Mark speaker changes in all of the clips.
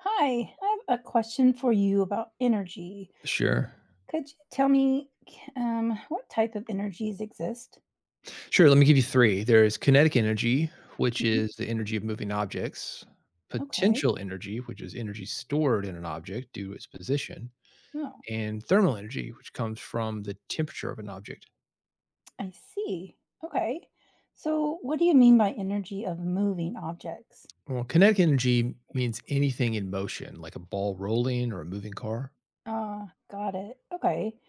Speaker 1: Hi, I have a question for you about energy.
Speaker 2: Sure.
Speaker 1: Could you tell me what type of energies exist?
Speaker 2: Sure, let me give you 3. There's kinetic energy, which
Speaker 1: Hmm.
Speaker 2: is the energy of moving objects,
Speaker 1: Okay.
Speaker 2: potential energy, which is energy stored in an object due to its position,
Speaker 1: Oh,
Speaker 2: and thermal energy, which comes from the temperature of an object.
Speaker 1: I see. Okay. So, what do you mean by energy of moving objects?
Speaker 2: Well, kinetic energy means anything in motion, like a ball rolling or a moving car.
Speaker 1: Ah, got it. Okay.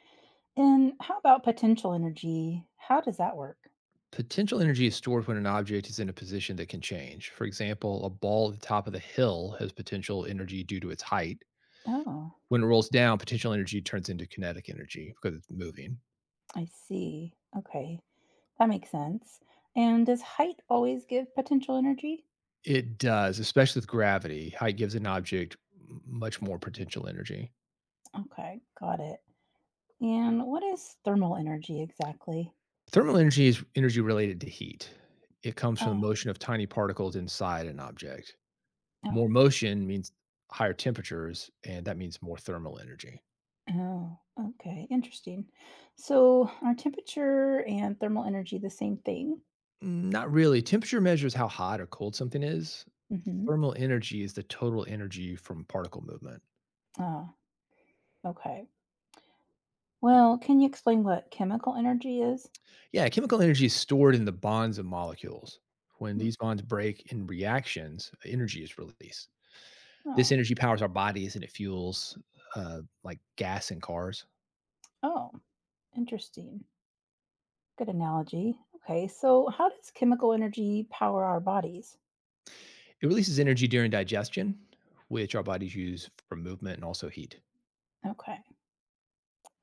Speaker 1: And how about potential energy? How does that work?
Speaker 2: Potential energy is stored when an object is in a position that can change. For example, a ball at the top of the hill has potential energy due to its height.
Speaker 1: Oh,
Speaker 2: When it rolls down, potential energy turns into kinetic energy because it's moving.
Speaker 1: I see. Okay. That makes sense. And does height always give potential energy?
Speaker 2: It does, especially with gravity. Height gives an object m much more potential energy.
Speaker 1: Okay, got it. And what is thermal energy exactly?
Speaker 2: Thermal energy is energy related to heat. It comes from the
Speaker 1: Oh,
Speaker 2: motion of tiny particles inside an object.
Speaker 1: oh,
Speaker 2: More motion means higher temperatures, and that means more thermal energy.
Speaker 1: oh, okay, interesting. So, are temperature and thermal energy the same thing?
Speaker 2: Mm, not really. Temperature measures how hot or cold something is.
Speaker 1: Mm-hmm.
Speaker 2: Thermal energy is the total energy from particle movement.
Speaker 1: Ah, okay. Well, can you explain what chemical energy is?
Speaker 2: Yeah, chemical energy is stored in the bonds of molecules. When
Speaker 1: Mm,
Speaker 2: these bonds break in reactions, energy is released. This
Speaker 1: oh,
Speaker 2: energy powers our bodies and it fuels like gas in cars.
Speaker 1: oh, interesting. Good analogy. Okay, so how does chemical energy power our bodies?
Speaker 2: It releases energy during digestion, which our bodies use for movement and also heat.
Speaker 1: Okay,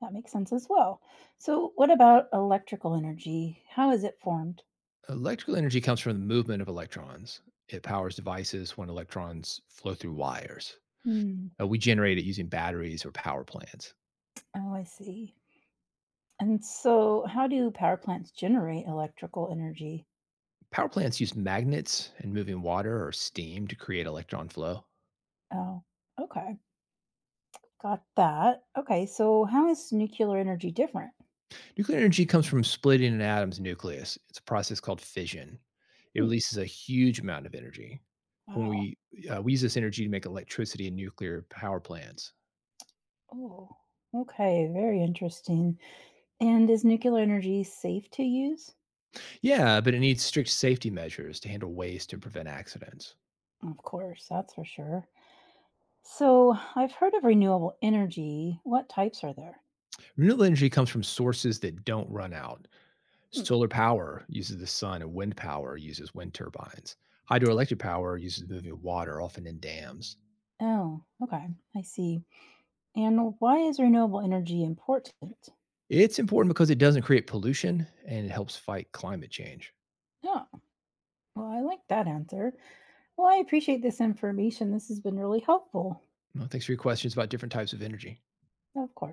Speaker 1: that makes sense as well. So, what about electrical energy? How is it formed?
Speaker 2: Electrical energy comes from the movement of electrons. It powers devices when electrons flow through wires.
Speaker 1: Hmm.
Speaker 2: We generate it using batteries or power plants.
Speaker 1: Oh, I see. And so, how do power plants generate electrical energy?
Speaker 2: Power plants use magnets and moving water or steam to create electron flow.
Speaker 1: Oh, okay. Got that. Okay. So, how is nuclear energy different?
Speaker 2: Nuclear energy comes from splitting an atom's nucleus. It's a process called fission. It
Speaker 1: Hmm.
Speaker 2: releases a huge amount of energy. When
Speaker 1: Wow.
Speaker 2: we We use this energy to make electricity in nuclear power plants.
Speaker 1: Oh, okay. Very interesting. And is nuclear energy safe to use?
Speaker 2: Yeah, but it needs strict safety measures to handle waste and prevent accidents.
Speaker 1: Of course. That's for sure. So, I've heard of renewable energy. What types are there?
Speaker 2: Renewable energy comes from sources that don't run out.
Speaker 1: Hmm.
Speaker 2: Solar power uses the sun, and wind power uses wind turbines. Hydroelectric power uses moving water, often in dams.
Speaker 1: Oh, okay. I see. And why is renewable energy important?
Speaker 2: It's important because it doesn't create pollution and it helps fight climate change.
Speaker 1: Oh, well, I like that answer. Well, I appreciate this information. This has been really helpful.
Speaker 2: Well, thanks for your questions about different types of energy.
Speaker 1: Of course.